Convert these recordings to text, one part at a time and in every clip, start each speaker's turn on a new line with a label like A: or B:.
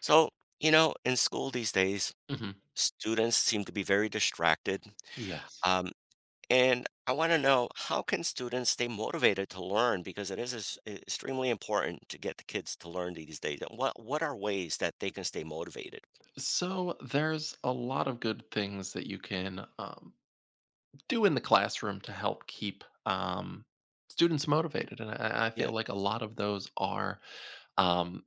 A: So, in school these days,
B: hmm
A: students seem to be very distracted.
B: Yes.
A: Um, and I want to know how can students stay motivated to learn because it is extremely important to get the kids to learn these days. And what are ways that they can stay motivated?
B: So there's a lot of good things that you can do in the classroom to help keep students motivated, and I
A: Yeah.
B: feel like a lot of those are um,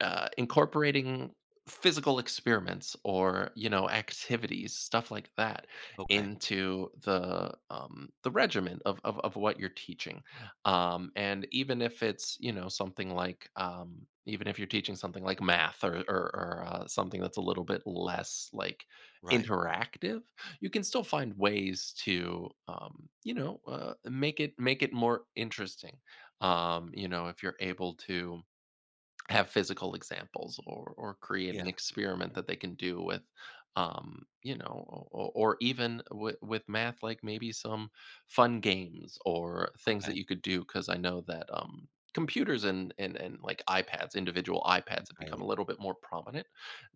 B: incorporating physical experiments or you know activities stuff like that
A: Okay.
B: into the the regimen of what you're teaching and even if it's you know something like even if you're teaching something like math or something that's a little bit less like
A: Right.
B: interactive. You can still find ways to you know make it more interesting. You know, if you're able to have physical examples or create an
A: Yeah.
B: experiment that they can do with you know, or even with math, like maybe some fun games or things that
A: Okay.
B: you could do because I know that computers and like ipads, individual ipads, have become a
A: Right.
B: little bit more prominent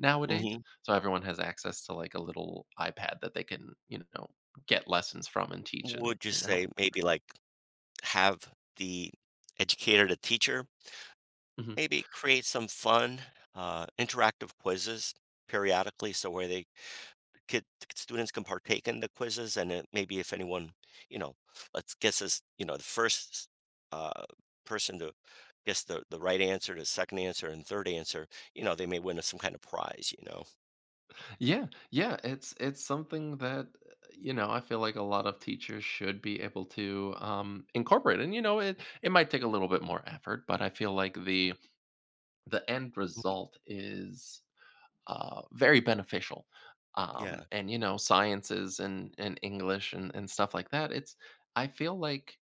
B: nowadays,
A: Hmm.
B: so everyone has access to like a little ipad that they can you know get lessons from and teach and,
A: Would you
B: and help.
A: say maybe like have the educator, the teacher,
B: Mm-hmm.
A: maybe create some fun, interactive quizzes periodically, so where they Kid students can partake in the quizzes and it, maybe if anyone you know let's guess this the first uh, person to guess the right answer, the second answer and third answer, they may win some kind of prize.
B: Yeah, yeah, it's something that you know I feel like a lot of teachers should be able to incorporate, and you know it might take a little bit more effort, but I feel like the end
A: Mhm.
B: result is very beneficial.
A: Yeah.
B: And you know sciences and English and stuff like that. It's I feel like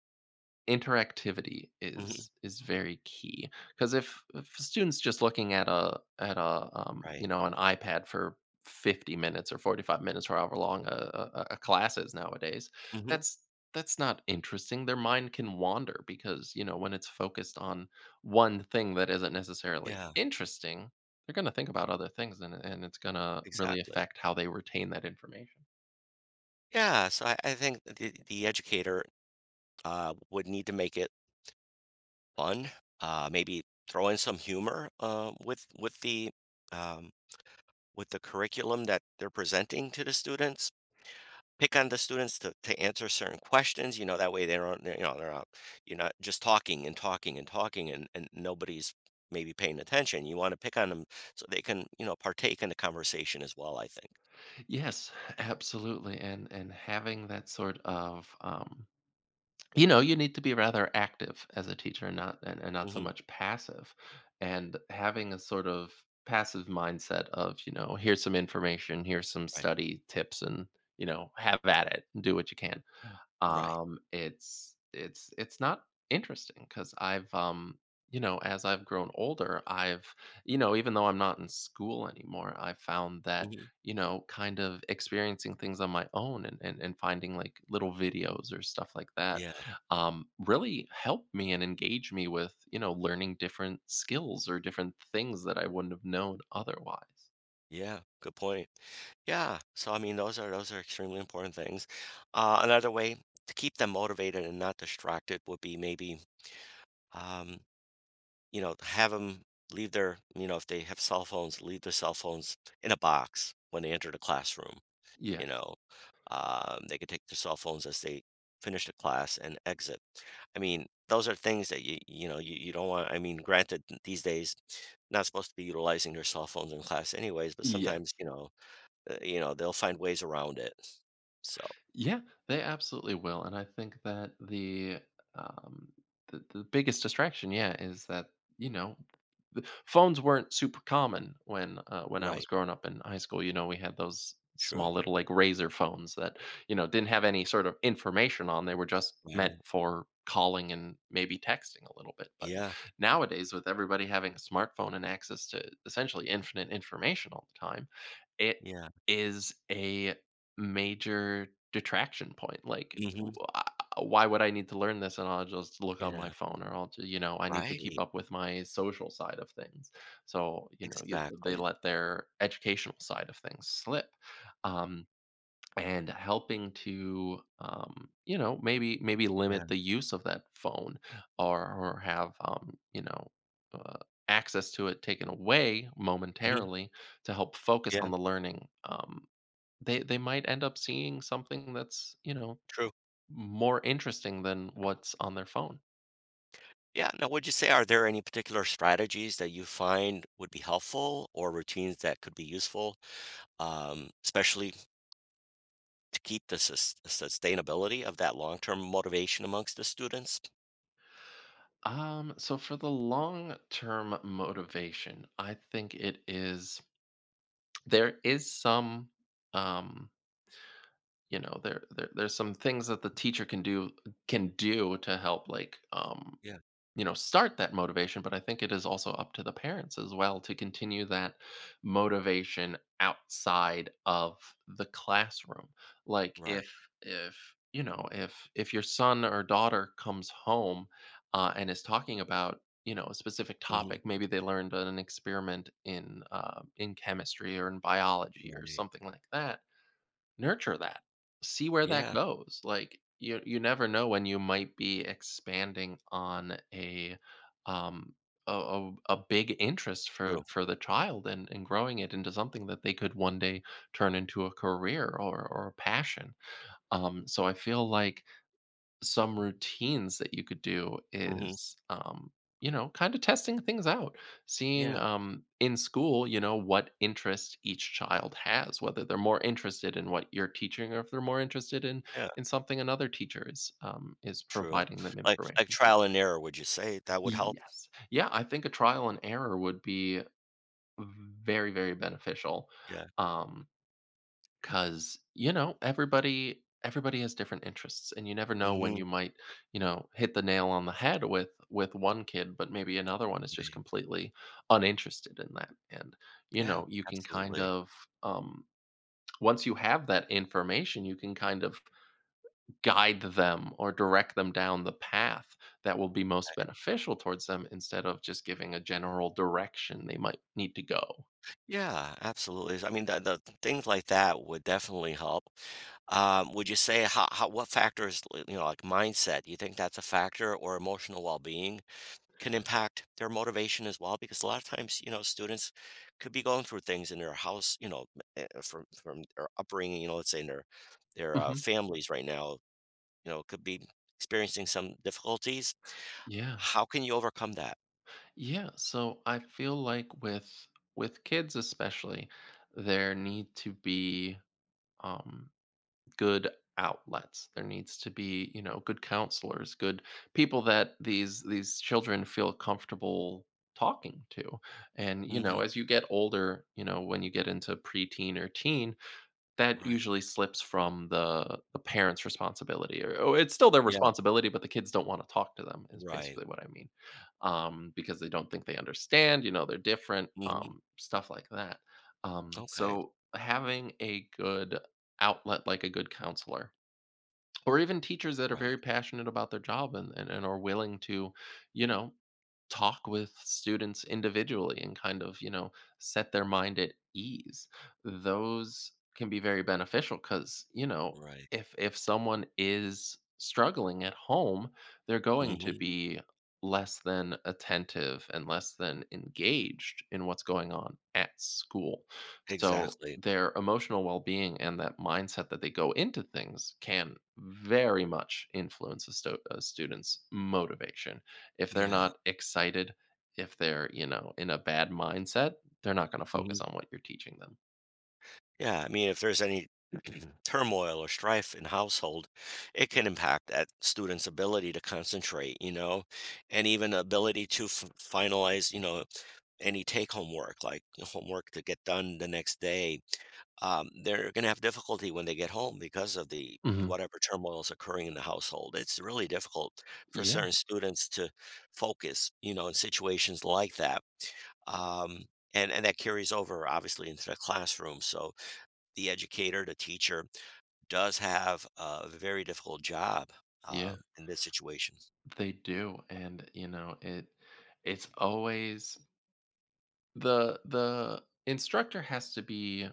B: interactivity
A: Hmm.
B: is very key because if a students just looking at a you
A: Right.
B: know an ipad for 50 minutes or 45 minutes or however long a class is nowadays.
A: Hmm.
B: that's that's not interesting. Their mind can wander because you know when it's focused on one thing that isn't necessarily
A: Yeah.
B: interesting, they're going to think about other things, and it's going to really
A: Exactly.
B: affect how they retain that information.
A: Yeah, so I think that the educator would need to make it fun, maybe throw in some humor, with the um, with the curriculum that they're presenting to the students. Pick on the students to answer certain questions, that way they don't they- you know they're not, you're not just talking and talking and talking and nobody's maybe paying attention. You want to pick on them so they can partake in the conversation as well, I think.
B: Yes, absolutely, and having that sort of you know you need to be rather active as a teacher and not and not so
A: Hmm.
B: much passive, and having a sort of passive mindset of you know here's some information, here's some
A: Right.
B: study tips, and you know have at it and do what you can.
A: Right.
B: Um, it's not interesting because 'cause I've, you know, as I've grown older, I've, you know, even though I'm not in school anymore, I found that,
A: Hmm.
B: you know, kind of experiencing things on my own and and finding, like, little videos or stuff like that,
A: Yeah.
B: really helped me and engage me with, you know, learning different skills or different things that I wouldn't have known otherwise.
A: Yeah, good point. Yeah, so I mean those are extremely important things. Another way to keep them motivated and not distracted would be maybe, um, you know, have them leave their, you know, if they have cell phones, leave their cell phones in a box when they enter the classroom. You know,
B: Yes.
A: they could take their cell phones as they finish the class and exit. I mean, those are things that you don't want. I mean, granted, these days not supposed to be utilizing their cell phones in class anyways, but sometimes
B: Yes.
A: you know, you know, they'll find ways around it. So
B: Yeah, they absolutely will, and I think that um, the biggest distraction, yeah, is that you know the phones weren't super common when I was
A: right,
B: growing up in high school. You know, we had those
A: true,
B: small little like razor phones that you know didn't have any sort of information on. They were just
A: right,
B: meant for calling and maybe texting a little bit. But
A: yeah,
B: nowadays, with everybody having a smartphone and access to essentially infinite information all the time, it
A: yeah,
B: is a major detraction point. Like,
A: hmm,
B: why would I need to learn this? And I'll just look on my
A: yeah,
B: phone, or you know, I need to keep
A: right,
B: up with my social side of things. So, you know, they
A: exactly,
B: let their educational side of things slip. Um, and helping to, you know, maybe
A: yeah,
B: limit the use of that phone, or have, you know, uh, access to it taken away
A: hmm,
B: momentarily to help focus
A: yeah.
B: on the learning. They might end up seeing something that's, you know,
A: True.
B: more interesting than what's on their phone.
A: Yeah. Now, would you say are there any particular strategies that you find would be helpful or routines that could be useful, especially to keep the sustainability of that long-term motivation amongst the students?
B: So for the long term motivation, I think it is there is some um you know there's some things that the teacher can do, can do to help like
A: Yeah.
B: you know start that motivation, but I think it is also up to the parents as well to continue that motivation outside of the classroom. Like
A: Right.
B: if you know if your son or daughter comes home and is talking about you know a specific
A: Hmm.
B: topic, maybe they learned an experiment in chemistry or in biology or
A: Right.
B: something like that. Nurture that. See where that
A: Yeah.
B: goes. Like you never know when you might be expanding on a um a, a big interest
A: True.
B: for the child, and growing it into something that they could one day turn into a career or a passion. Um, so I feel like some routines that you could do
A: Hmm.
B: is you know kind of testing things out, seeing
A: Yeah.
B: in school you know what interest each child has, whether they're more interested in what you're teaching or if they're more interested
A: Yeah.
B: in something another teacher is
A: True.
B: providing them
A: Like
B: information for.
A: trial and error, would you say that would help?
B: Yes, yeah, I think a trial and error would be very beneficial.
A: Yeah.
B: Um, 'cause, you know, everybody has different interests, and you never know when
A: Hmm.
B: you might, you know, hit the nail on the head with one kid, but maybe another one is just
A: Right.
B: completely uninterested in that, and, you
A: Yeah.
B: know, you can kind
A: Absolutely.
B: of, um once you have that information, you can kind of guide them or direct them down the path that will be most beneficial towards them instead of just giving a general direction they might need to go.
A: Yeah, absolutely. I mean, the things like that would definitely help. Would you say how what factors, you know, like mindset, you think that's a factor, or emotional well-being can impact their motivation as well? Because a lot of times, you know, students could be going through things in their house, you know, from their upbringing, you know, let's say in their
B: Mhm.
A: families right now, you know, could be experiencing some difficulties.
B: Yeah.
A: How can you overcome that?
B: Yeah, so I feel like with kids especially, there need to be um, good outlets. There needs to be you know good counselors, good people that these children feel comfortable talking to. And you know,
A: Hmm.
B: as you get older, you know, when you get into preteen or teen, that
A: Right.
B: usually slips from the parents' responsibility, or oh, it's still their
A: Yeah.
B: responsibility, but the kids don't wanna talk to them is
A: Right.
B: basically what I mean, because they don't think they understand, you know, they're different,
A: Hmm.
B: stuff like that.
A: Okay.
B: So having a good outlet, like a good counselor, or even teachers that are very
A: Right.
B: passionate about their job and are willing to, you know, talk with students individually and kind of, you know, set their mind at ease. Those can be very beneficial cuz, you know,
A: Right.
B: if someone is struggling at home, they're going to
A: Mhm.
B: be less than attentive and less than engaged in what's going on at school. So
A: Exactly.
B: their emotional well-being and that mindset that they go into things can very much influence a student's motivation. If they're
A: Yeah.
B: not excited, if they're, you know, in a bad mindset, they're not gonna
A: Mhm.
B: focus on what you're teaching them.
A: Yeah, I mean, if there's any turmoil or strife in household, it can impact that student's ability to concentrate, you know, and even ability to f finalize, you know, any take home work, like homework to get done the next day. They're going to have difficulty when they get home because of the
B: Mhm.
A: whatever turmoil is occurring in the household. It's really difficult for
B: Yeah,
A: certain students to focus, you know, in situations like that. Um, and that carries over obviously into the classroom. So the educator, the teacher, does have a very difficult job,
B: yeah,
A: in this situation.
B: they do, and, you know, it it's always the instructor has to be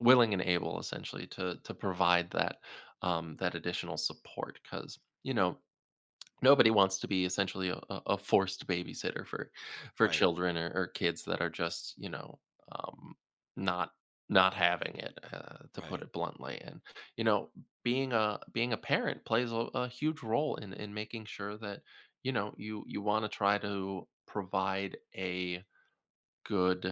B: willing and able essentially to provide that, that additional support because you know nobody wants to be essentially a forced babysitter for
A: Right,
B: children or kids that are just you know um, not not having it to put
A: right,
B: it bluntly and you know being a being a parent plays a huge role in making sure that you know you you want to try to provide a good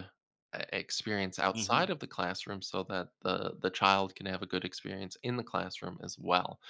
B: experience
A: hmm,
B: outside of the classroom so that the child can have a good experience in the classroom as well.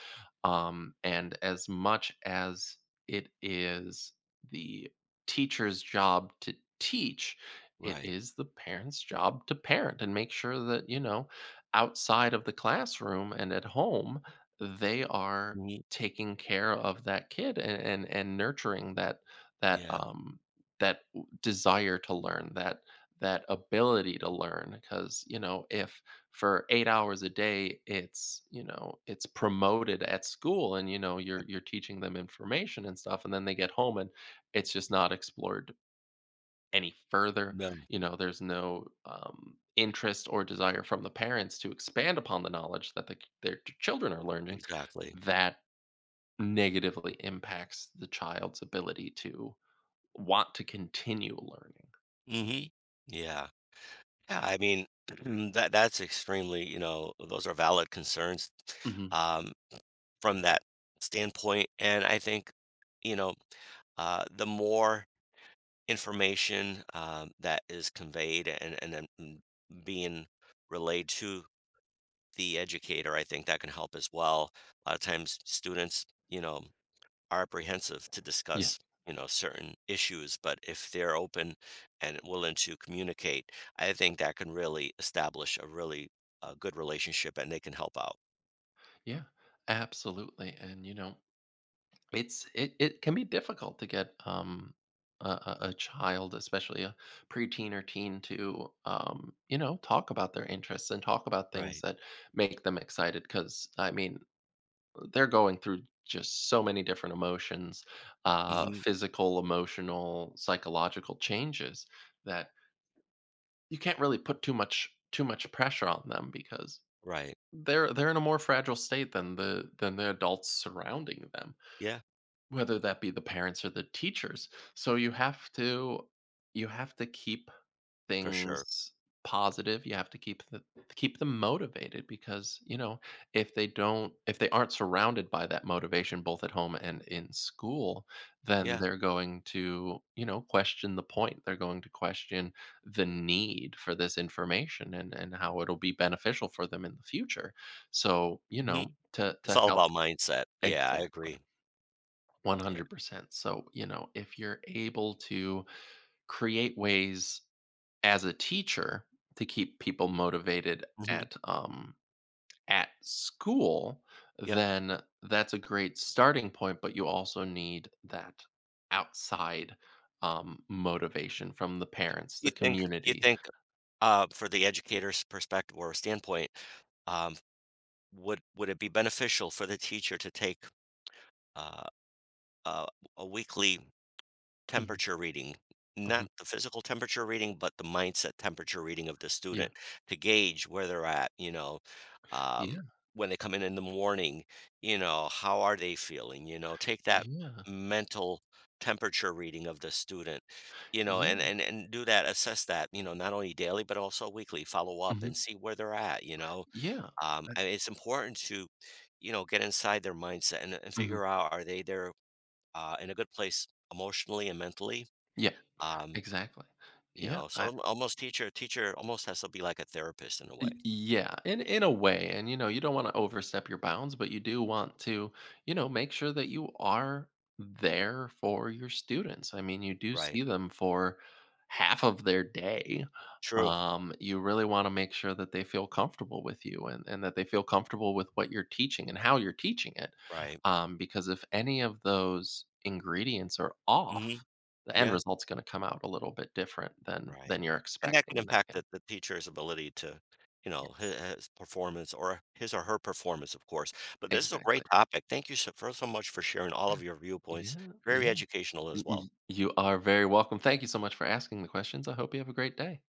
B: Um, and as much as it is the teacher's job to teach, it
A: right.
B: is the parent's job to parent and make sure that, you know, outside of the classroom and at home, they are
A: Hmm.
B: taking care of that kid and nurturing that that
A: Yeah,
B: desire to learn, that that ability to learn, because you know if for 8 hours a day, it's, you know, it's promoted at school and, you know,
A: I-
B: you're teaching them information and stuff, and then they get home and it's just not explored any further.
A: no,
B: You know, there's no, interest or desire from the parents to expand upon the knowledge that the their ch children are learning,
A: exactly.
B: that negatively impacts the child's ability to want to continue learning.
A: Hmm. Yeah. Yeah, I mean, that that's extremely, you know, those are valid concerns,
B: Mhm.
A: um, from that standpoint. And I think, you know, the more information, that is conveyed and then being relayed to the educator, I think that can help as well. A lot of times, students, you know, are apprehensive to
B: Yeah.
A: discuss you know certain issues, but if they're open and willing to communicate, I think that can really establish a really, good relationship and they can help out,
B: Yeah. Absolutely, and, you know It's it can be difficult to get, a child, especially a preteen or teen to, you know, talk about their interests and talk about things
A: right,
B: that make them excited. Because I mean, they're going through just so many different emotions,
A: hmm,
B: physical, emotional, psychological changes that you can't really put too much pressure on them because
A: right,
B: they're in a more fragile state than the adults surrounding them.
A: yeah,
B: Whether that be the parents or the teachers. So you have to keep
A: for sure,
B: things positive. You have to keep the keep them motivated because, you know, if they don't if they aren't surrounded by that motivation both at home and in school, then
A: yeah,
B: they're going to, you know, question the point. They're going to question the need for this information and how it'll be beneficial for them in the future. So, you
A: hmm.
B: know,
A: It's
B: to
A: all
B: help
A: about mindset, yeah, I
B: exactly
A: agree. Yeah,
B: 100%. So, you know, if you're able to create ways as a teacher to keep people motivated
A: hmm,
B: at school,
A: yep.
B: then that's a great starting point, but you also need that outside motivation from the parents,
A: you
B: the
A: think you
B: community.
A: think for the educator's perspective or standpoint, um, would it be beneficial for the teacher to take uh, a, a weekly
B: Mhm,
A: temperature reading,
B: mhm,
A: not the physical temperature reading, but the mindset temperature reading of the
B: yeah.
A: student to gauge where they're at, you know, um,
B: Yeah.
A: when they come in the morning, you know, how are they feeling? You know, take that
B: Yeah.
A: mental temperature reading of the student, you know,
B: Yeah.
A: and do that, assess that, you know, not only daily but also weekly, follow up and
B: Mhm,
A: see where they're at, you know.
B: yeah. I-
A: And it's important to, you know, get inside their mindset and
B: mhm,
A: figure out are they there, in a good place emotionally and mentally,
B: yeah.
A: um,
B: Exactly.
A: you
B: Yeah.
A: know, so al almost teacher almost has to be like a therapist in a way,
B: Yeah, in a way, and you know, you don't want to overstep your bounds, but you do want to, you know, make sure that you are there for your students. I mean, you do
A: right?
B: see them for half of their day.
A: True,
B: You really want to make sure that they feel comfortable with you and that they feel comfortable with what you're teaching and how you're teaching it.
A: right.
B: Because if any of those ingredients are off,
A: Mhm,
B: the end
A: yeah,
B: result's going to come out a little bit different
A: right.
B: than you're
A: And that can
B: expecting, and that
A: impact
B: can
A: the teacher's ability to, you know, hi
B: yes,
A: his performance or his or her performance, of course. But this is a great
B: exactly.
A: topic. Thank you so for so much for sharing all of your viewpoints.
B: Yeah,
A: Very
B: yeah.
A: educational as well.
B: You are very welcome. Thank you so much for asking the questions. I hope you have a great day.